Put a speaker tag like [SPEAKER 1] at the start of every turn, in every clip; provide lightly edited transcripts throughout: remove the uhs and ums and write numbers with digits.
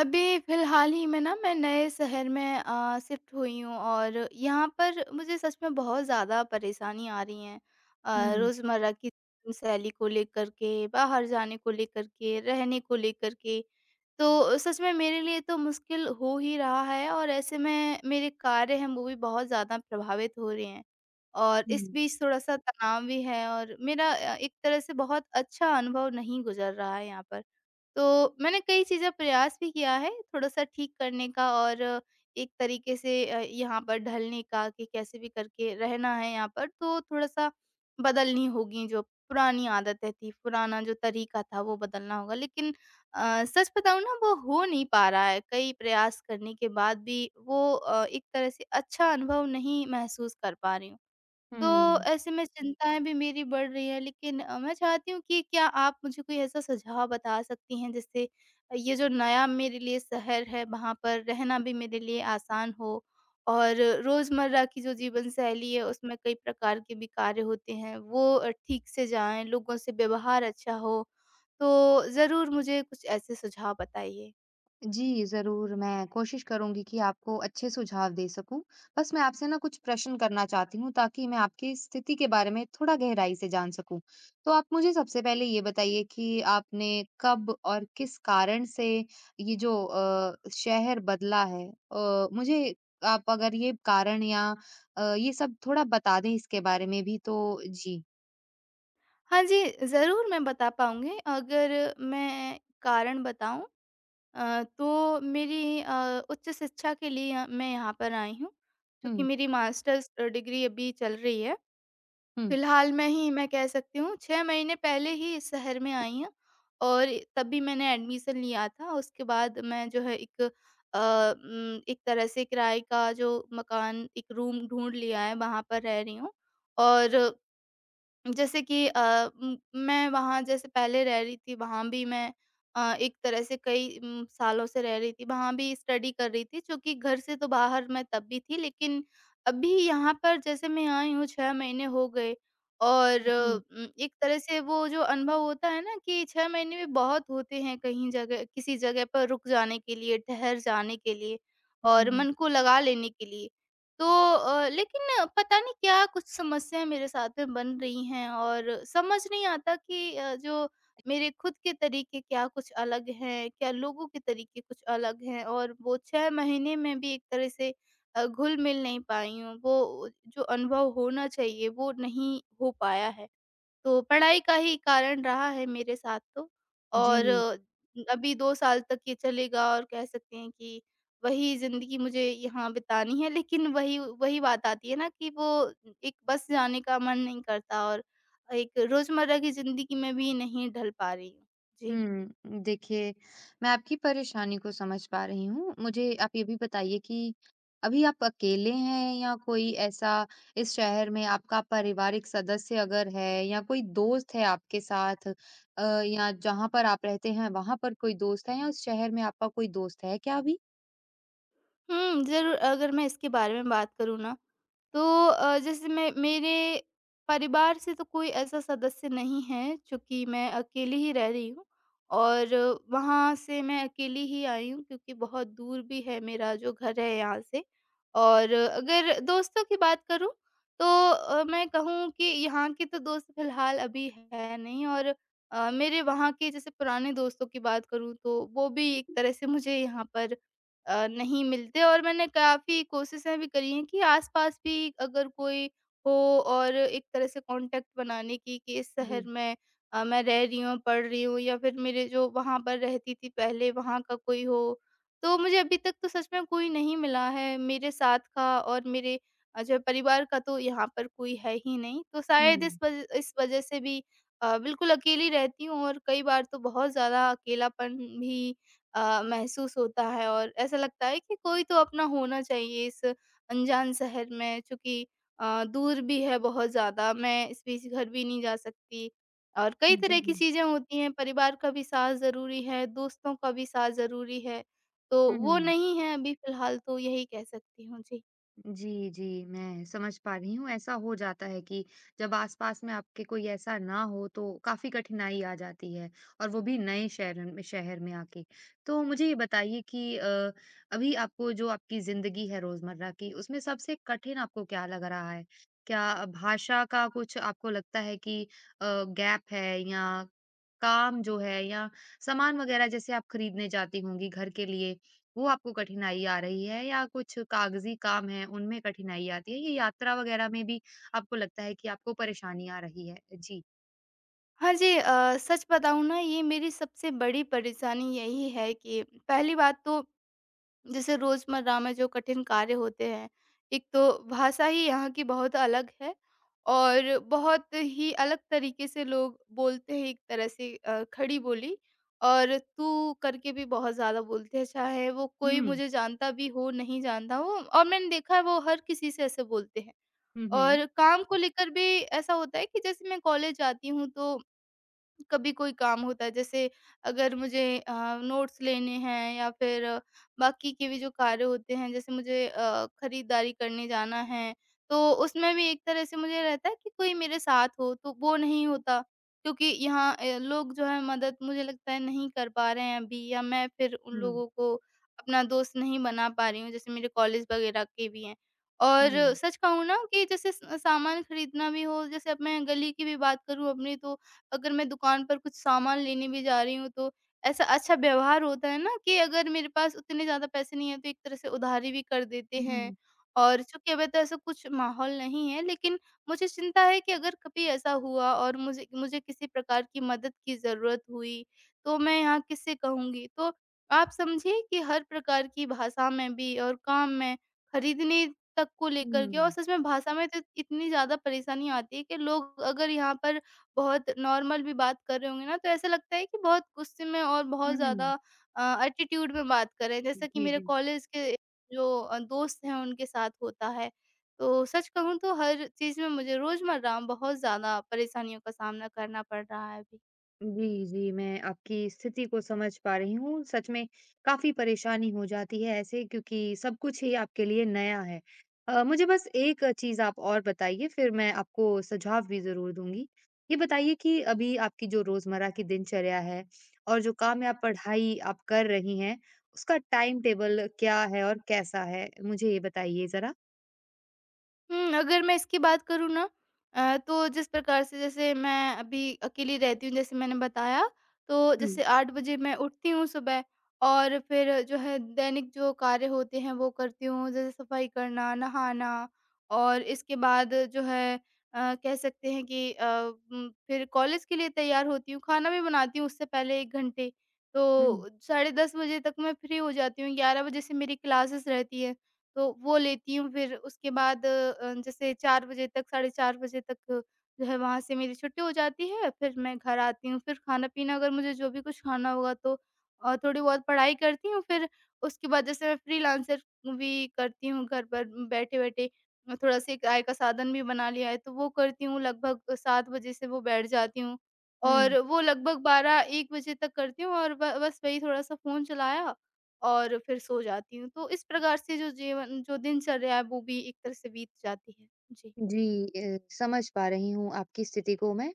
[SPEAKER 1] अभी फ़िलहाल ही में ना मैं नए शहर में शिफ्ट हुई हूँ और यहाँ पर मुझे सच में बहुत ज़्यादा परेशानी आ रही है
[SPEAKER 2] हुँ,
[SPEAKER 1] रोज़मर्रा की शैली को लेकर के, बाहर जाने को लेकर के, रहने को लेकर के। तो सच में मेरे लिए तो मुश्किल हो ही रहा है और ऐसे में मेरे कार्य हैं वो भी बहुत ज़्यादा प्रभावित हो रहे हैं। और इस
[SPEAKER 2] हुँ,
[SPEAKER 1] बीच थोड़ा-सा तनाव भी है और मेरा एक तरह से बहुत अच्छा अनुभव नहीं गुज़र रहा है यहाँ पर। तो मैंने कई चीज़ें प्रयास भी किया है थोड़ा-सा ठीक करने का और एक तरीके से यहाँ पर ढलने का कि कैसे भी करके रहना है यहाँ पर, तो थोड़ा-सा बदलनी होगी जो पुरानी आदतें थी, पुराना जो तरीका था वो बदलना होगा। लेकिन सच बताऊँ ना, वो हो नहीं पा रहा है। कई प्रयास करने के बाद भी वो एक तरह से अच्छा अनुभव नहीं महसूस कर पा रही हूँ। तो
[SPEAKER 2] हुँ।
[SPEAKER 1] ऐसे में चिंताएँ भी मेरी बढ़ रही हैं, लेकिन मैं चाहती हूँ कि क्या आप मुझे कोई ऐसा सुझाव बता सकती हैं, जिससे ये जो नया मेरे लिए शहर है वहाँ पर रहना भी मेरे लिए आसान हो, और रोज़मर्रा की जो जीवन शैली है उसमें कई प्रकार के भी कार्य होते हैं वो ठीक से जाएँ, लोगों से व्यवहार अच्छा हो। तो ज़रूर मुझे कुछ ऐसे सुझाव बताइए।
[SPEAKER 2] जी, ज़रूर मैं कोशिश करूँगी कि आपको अच्छे सुझाव दे सकूँ। बस मैं आपसे ना कुछ प्रश्न करना चाहती हूँ ताकि मैं आपकी स्थिति के बारे में थोड़ा गहराई से जान सकूँ। तो आप मुझे सबसे पहले ये बताइए कि आपने कब और किस कारण से ये जो शहर बदला है? मुझे आप अगर ये कारण या ये सब थोड़ा बता दें इसके बारे में भी तो जी।
[SPEAKER 1] हाँ जी, ज़रूर मैं बता पाऊँगी। अगर मैं कारण बताऊँ? तो मेरी उच्च शिक्षा के लिए यहाँ मैं यहाँ पर आई हूँ, क्योंकि
[SPEAKER 2] हुँ,
[SPEAKER 1] मेरी मास्टर्स डिग्री अभी चल रही है।
[SPEAKER 2] हुँ।
[SPEAKER 1] फिलहाल में ही मैं कह सकती हूँ, 6 महीने पहले ही इस शहर में आई हूँ और तब भी मैंने एडमिशन लिया था। उसके बाद मैं जो है एक तरह से किराए का जो मकान, एक रूम ढूँढ लिया है, वहाँ पर रह रही हूँ। और जैसे कि अ, म मैं वहाँ जैसे पहले रह रही थी, वहाँ भी मैं एक तरह से कई सालों से रह रही थी, वहाँ भी स्टडी कर रही थी, जो कि घर से तो बाहर मैं तब भी थी। लेकिन अभी यहाँ पर जैसे मैं आई हूँ 6 महीने हो गए, और
[SPEAKER 2] जी।
[SPEAKER 1] एक तरह से वो जो अनुभव होता है ना, कि 6 महीने भी बहुत होते हैं कहीं जगह किसी जगह पर रुक जाने के लिए, ठहर जाने के लिए और
[SPEAKER 2] हुँ,
[SPEAKER 1] मन को लगा लेने के लिए। तो लेकिन पता नहीं क्या कुछ समस्याएँ मेरे साथ में बन रही हैं, और समझ नहीं आता कि जो मेरे खुद के तरीके क्या कुछ अलग हैं, क्या लोगों के तरीके कुछ अलग हैं, और वो 6 महीने में भी एक तरह से घुल-मिल नहीं पाई हूँ। वो जो अनुभव होना चाहिए वो नहीं हो पाया है। तो पढ़ाई का ही कारण रहा है मेरे साथ तो। और
[SPEAKER 2] जी।
[SPEAKER 1] अभी 2 साल तक ये चलेगा और कह सकते हैं कि वही ज़िंदगी मुझे यहाँ बितानी है, लेकिन वही वही बात आती है ना, कि वो एक बस जाने का मन नहीं करता, और एक रोज़मर्रा की ज़िंदगी में भी नहीं ढल पा रही हूँ। जी।
[SPEAKER 2] हुँ, देखिए मैं आपकी परेशानी को समझ पा रही हूँ। मुझे आप ये भी बताइए कि अभी आप अकेले हैं या कोई ऐसा इस शहर में आपका पारिवारिक सदस्य अगर है या कोई दोस्त है आपके साथ, या जहाँ पर आप रहते हैं वहाँ पर कोई दोस्त है या उस शहर में आपका कोई दोस्त है क्या अभी?
[SPEAKER 1] हुँ, ज़रूर। अगर मैं इसके बारे में बात करूँ ना, तो जैसे मैं मेरे परिवार से तो कोई ऐसा सदस्य नहीं है, चूँकि मैं अकेली ही रह रही हूँ, और वहाँ से मैं अकेली ही आई हूँ, क्योंकि बहुत दूर भी है मेरा जो घर है यहाँ से। और अगर दोस्तों की बात करूँ, तो मैं कहूँ कि यहाँ के तो दोस्त फ़िलहाल अभी है नहीं, और मेरे वहाँ के जैसे पुराने दोस्तों की बात करूँ, तो वो भी एक तरह से मुझे यहाँ पर नहीं मिलते। और मैंने काफ़ी कोशिशें भी करी हैं कि आस-पास भी अगर कोई हो, और एक तरह से कॉन्टैक्ट बनाने की, कि इस शहर
[SPEAKER 2] जी।
[SPEAKER 1] में मैं रह रही हूँ, पढ़ रही हूँ, या फिर मेरे जो वहाँ पर रहती थी पहले वहाँ का कोई हो। तो मुझे अभी तक तो सच में कोई नहीं मिला है मेरे साथ का, और मेरे जो परिवार का तो यहाँ पर कोई है ही नहीं। तो शायद
[SPEAKER 2] हुँ,
[SPEAKER 1] इस वज़ह से भी बिल्कुल अकेली रहती हूँ, और कई बार तो बहुत ज़्यादा अकेलापन भी महसूस होता है, और ऐसा लगता है कि कोई तो अपना होना चाहिए इस अनजान शहर में, चूँकि दूर भी है बहुत ज़्यादा, मैं इस बीच घर भी नहीं जा सकती। और कई तरह
[SPEAKER 2] जी।
[SPEAKER 1] की चीज़ें होती हैं, परिवार का भी साथ ज़रूरी है, दोस्तों का भी साथ ज़रूरी है, तो वो
[SPEAKER 2] हुँ।
[SPEAKER 1] नहीं है अभी फ़िलहाल, तो यही कह सकती हूँ। जी।
[SPEAKER 2] जी, जी, मैं समझ पा रही हूँ। ऐसा हो जाता है कि जब आस-पास में आपके कोई ऐसा ना हो तो काफ़ी कठिनाई आ जाती है और वो भी नए शहर में आके। तो मुझे ये बताइए कि अभी आपको जो आपकी ज़िंदगी है रोज़मर्रा की उसमें सबसे कठिन आपको क्या लग रहा है? क्या भाषा का कुछ आपको लगता है कि गैप है या काम जो है या सामान वग़ैरह जैसे आप खरीदने जाती होंगी घर के लिए वो आपको कठिनाई आ रही है या कुछ कागजी काम है उनमें कठिनाई आती है? ये यात्रा वग़ैरह में भी आपको लगता है कि आपको परेशानी आ रही है? जी।
[SPEAKER 1] हाँ जी, सच बताऊँ ना, ये मेरी सबसे बड़ी परेशानी यही है कि पहली बात तो जैसे रोज़मर्रा में जो कठिन कार्य होते हैं, एक तो भाषा ही यहाँ की बहुत अलग है, और बहुत ही अलग तरीके से लोग बोलते हैं, एक तरह से खड़ी बोली। और तू करके भी बहुत ज़्यादा बोलते हैं, चाहे वो कोई
[SPEAKER 2] हुँ।
[SPEAKER 1] मुझे जानता भी हो, नहीं जानता हो, और मैंने देखा है वो हर किसी से ऐसे बोलते हैं।
[SPEAKER 2] हुँ, हुँ।
[SPEAKER 1] और काम को लेकर भी ऐसा होता है कि जैसे मैं कॉलेज जाती हूँ, तो कभी कोई काम होता है जैसे अगर मुझे नोट्स लेने हैं, या फिर बाकी के भी जो कार्य होते हैं जैसे मुझे खरीदारी करने जाना है, तो उसमें भी एक तरह से मुझे रहता है कि कोई मेरे साथ हो, तो वो नहीं होता, क्योंकि यहाँ लोग जो है मदद मुझे लगता है नहीं कर पा रहे हैं अभी, या मैं फिर उन
[SPEAKER 2] हुँ।
[SPEAKER 1] लोगों को अपना दोस्त नहीं बना पा रही हूँ जैसे मेरे कॉलेज वगैरह के भी हैं। और
[SPEAKER 2] हुँ।
[SPEAKER 1] सच कहूँ ना, कि जैसे सामान खरीदना भी हो, जैसे अब मैं गली की भी बात करूँ अपनी, तो अगर मैं दुकान पर कुछ सामान लेने भी जा रही हूँ, तो ऐसा अच्छा व्यवहार होता है ना, कि अगर मेरे पास उतने ज़्यादा पैसे नहीं है, तो एक तरह से उधारी भी कर देते हैं।
[SPEAKER 2] हुँ।
[SPEAKER 1] और चूँकि अभी तो ऐसा कुछ माहौल नहीं है, लेकिन मुझे चिंता है कि अगर कभी ऐसा हुआ और मुझे मुझे किसी प्रकार की मदद की ज़रूरत हुई, तो मैं यहाँ किससे कहूँगी? तो आप समझिए कि हर प्रकार की भाषा में भी और काम में, खरीदने तक को लेकर के, और
[SPEAKER 2] हुँ।
[SPEAKER 1] सच में भाषा में तो इतनी ज़्यादा परेशानी आती है कि लोग अगर यहाँ पर बहुत नॉर्मल भी बात कर रहे होंगे ना, तो ऐसा लगता है कि बहुत गुस्से में और
[SPEAKER 2] हुँ।
[SPEAKER 1] बहुत ज़्यादा
[SPEAKER 2] हुँ।
[SPEAKER 1] एटीट्यूड में बात कर रहे हैं, जैसा कि
[SPEAKER 2] जी,
[SPEAKER 1] मेरे
[SPEAKER 2] जी।
[SPEAKER 1] कॉलेज के जो दोस्त हैं उनके साथ होता है। तो सच कहूँ तो हर चीज़ में मुझे रोज़मर्रा बहुत ज़्यादा परेशानियों का सामना करना पड़ रहा है अभी।
[SPEAKER 2] जी, जी, मैं आपकी स्थिति को समझ पा रही हूँ। सच में काफ़ी परेशानी हो जाती है ऐसे क्योंकि सब कुछ ही आपके लिए नया है। मुझे बस एक चीज़ आप और बताइए फिर मैं आपको सुझाव भी ज़रूर दूँगी। ये बताइए कि अभी आपकी जो रोज़मर्रा की दिनचर्या है और जो काम या पढ़ाई आप कर रही हैं, उसका टाइम टेबल क्या है और कैसा है? मुझे ये बताइए ज़रा।
[SPEAKER 1] हुँ, अगर मैं इसकी बात करूँ ना, तो जिस प्रकार से जैसे मैं अभी अकेली रहती हूँ, जैसे मैंने बताया, तो
[SPEAKER 2] हुँ,
[SPEAKER 1] जैसे 8 बजे मैं उठती हूँ सुबह, और फिर जो है दैनिक जो कार्य होते हैं वो करती हूँ, जैसे सफाई करना, नहाना, और इसके बाद जो है कह सकते हैं कि फिर कॉलेज के लिए तैयार होती हूँ, खाना भी बनाती हूँ उससे पहले 1 घंटे।
[SPEAKER 2] हुँ,
[SPEAKER 1] तो साढ़े 10 बजे तक मैं फ्री हो जाती हूँ, 11 बजे से मेरी क्लासेस रहती है। तो वो लेती हूँ, फिर उसके बाद जैसे 4 बजे तक, साढ़े 4 बजे तक जो है वहाँ से मेरी छुट्टी हो जाती है। फिर मैं घर आती हूँ, फिर खाना-पीना अगर मुझे जो भी कुछ खाना होगा, तो थोड़ी बहुत पढ़ाई करती हूँ। फिर उसके बाद जैसे मैं फ्रीलांसर भी करती हूँ घर पर बैठे-बैठे। थोड़ा-सा एक आय का साधन भी बना लिया है, तो वो करती हूँ, लगभग 7 बजे से वो बैठ जाती हूँ, और
[SPEAKER 2] हुँ।
[SPEAKER 1] वो लगभग 12-1 बजे तक करती हूँ, और ब बस वही थोड़ा-सा फ़ोन चलाया और फिर सो जाती हूँ। तो इस प्रकार से जो जीवन जो दिनचर्या है वो भी एक तरह से बीत जाती है। जी।
[SPEAKER 2] जी समझ पा रही हूँ आपकी स्थिति को मैं,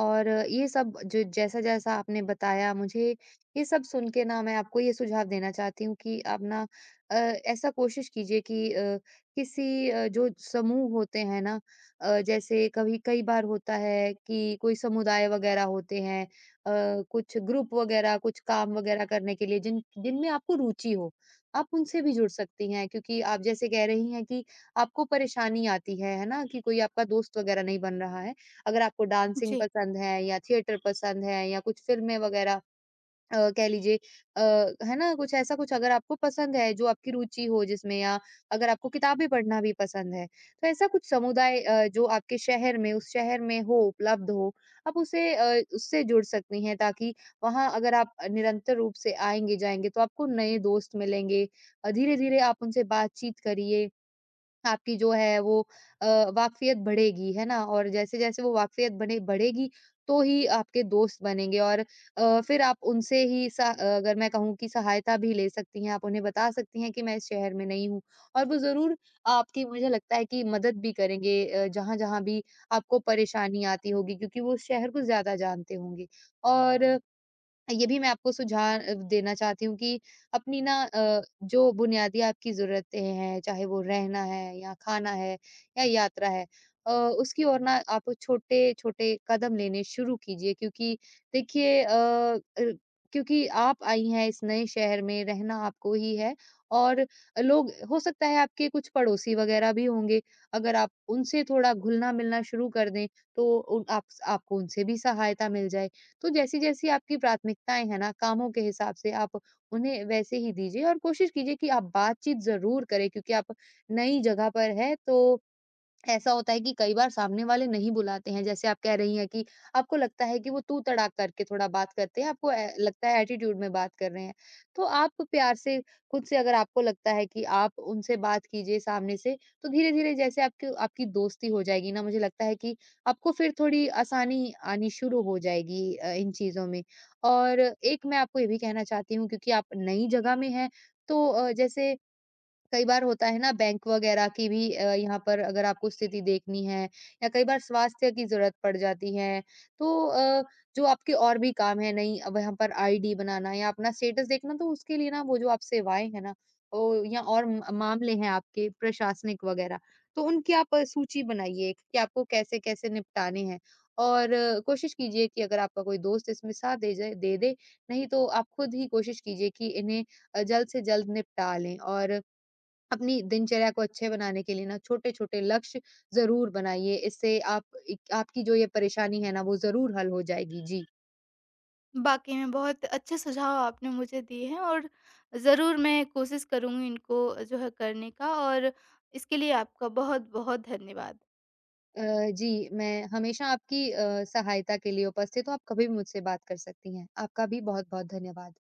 [SPEAKER 2] और ये सब जो जैसा-जैसा आपने बताया मुझे, ये सब सुन के ना मैं आपको ये सुझाव देना चाहती हूँ कि आप ना ऐसा कोशिश कीजिए कि किसी जो समूह होते हैं ना, जैसे कभी कई बार होता है कि कोई समुदाय वगैरह होते हैं, कुछ ग्रुप वगैरह कुछ काम वगैरह करने के लिए जिनमें आपको रुचि हो, आप उनसे भी जुड़ सकती हैं क्योंकि आप जैसे कह रही हैं कि आपको परेशानी आती है ना? कि कोई आपका दोस्त वगैरह नहीं बन रहा है। अगर आपको डांसिंग
[SPEAKER 1] जी।
[SPEAKER 2] पसंद है या थिएटर पसंद है या कुछ फ़िल्में वगैरह, कह लीजिए, अ, है ना? कुछ ऐसा कुछ अगर आपको पसंद है जो आपकी रुचि हो जिसमें, या अगर आपको किताबें पढ़ना भी पसंद है, तो ऐसा कुछ समुदाय जो आपके शहर में उस शहर में हो, उपलब्ध हो, आप उससे जुड़ सकती हैं ताकि वहाँ अगर आप निरंतर रूप से आएँगे-जाएँगे तो आपको नए दोस्त मिलेंगे। धीरे-धीरे आप उनसे बातचीत करिए, आपकी जो है वो अ, वाक़फ़ियत बढ़ेगी, है ना? और जैसे-जैसे वो वाक़फ़ियत बने बढ़ेगी, तो ही आपके दोस्त बनेंगे और फिर आप उनसे ही स अगर मैं कहूँ कि सहायता भी ले सकती हैं, आप उन्हें बता सकती हैं कि मैं इस शहर में नहीं हूँ और वो ज़रूर आपकी मुझे लगता है कि मदद भी करेंगे जहाँ-जहाँ भी आपको परेशानी आती होगी क्योंकि वो उस शहर को ज़्यादा जानते होंगे। और ये भी मैं आपको सुझाव देना चाहती हूँ कि अपनी ना जो बुनियादी आपकी ज़रूरतें हैं, चाहे वो रहना है या खाना है या यात्रा है, अ, उसकी ओर ना आप छोटे-छोटे कदम लेने शुरू कीजिए क्योंकि देखिए क्योंकि आप आई हैं इस नए शहर में, रहना आपको ही है और लोग हो सकता है आपके कुछ पड़ोसी वग़ैरह भी होंगे, अगर आप उनसे थोड़ा घुलना-मिलना शुरू कर दें, तो उन आप आपको उनसे भी सहायता मिल जाए। तो जैसी-जैसी आपकी प्राथमिकताएँ हैं ना, कामों के हिसाब से आप उन्हें वैसे ही दीजिए और कोशिश कीजिए कि आप बातचीत ज़रूर करें क्योंकि आप नई जगह पर हैं, तो ऐसा होता है कि कई बार सामने वाले नहीं बुलाते हैं, जैसे आप कह रही हैं कि आपको लगता है कि वो तू तड़ाक करके थोड़ा बात करते हैं, आपको ए लगता है एटीट्यूड में बात कर रहे हैं। तो आप प्यार से खुद से अगर आपको लगता है कि आप उनसे बात कीजिए सामने से, तो धीरे-धीरे जैसे आपकी आपकी दोस्ती हो जाएगी ना, मुझे लगता है कि आपको फिर थोड़ी आसानी आनी शुरू हो जाएगी इन चीज़ों में। और एक मैं आपको ये भी कहना चाहती हूँ क्योंकि आप नई जगह में हैं, तो जैसे कई बार होता है ना बैंक वगैरह की भी, यहाँ पर अगर आपको स्थिति देखनी है या कई बार स्वास्थ्य की जरूरत पड़ जाती है, तो जो आपके और भी काम है नहीं अब यहाँ पर आईडी बनाना या अपना स्टेटस देखना, तो उसके लिए ना वो जो आप सेवाएं है ना, या और मामले हैं आपके प्रशासनिक वगैरह, तो उनकी आप सूची बनाइए कि आपको कैसे कैसे निपटाने हैं। और कोशिश कीजिए कि अगर आपका कोई दोस्त इसमें साथ दे जाए दे दे, नहीं तो आप खुद ही कोशिश कीजिए कि इन्हें जल्द से जल्द निपटा लें और अपनी दिनचर्या को अच्छे बनाने के लिए ना छोटे-छोटे लक्ष्य ज़रूर बनाइए। इससे आप एक आपकी जो ये परेशानी है ना वो ज़रूर हल हो जाएगी। जी।
[SPEAKER 1] वाक़ई में बहुत अच्छे सुझाव आपने मुझे दिए हैं, और ज़रूर मैं कोशिश करूँगी इनको जो है करने का, और इसके लिए आपका बहुत-बहुत धन्यवाद।
[SPEAKER 2] अ, जी, मैं हमेशा आपकी सहायता के लिए उपस्थित हूँ। आप कभी भी मुझसे बात कर सकती हैं। आपका भी बहुत-बहुत धन्यवाद।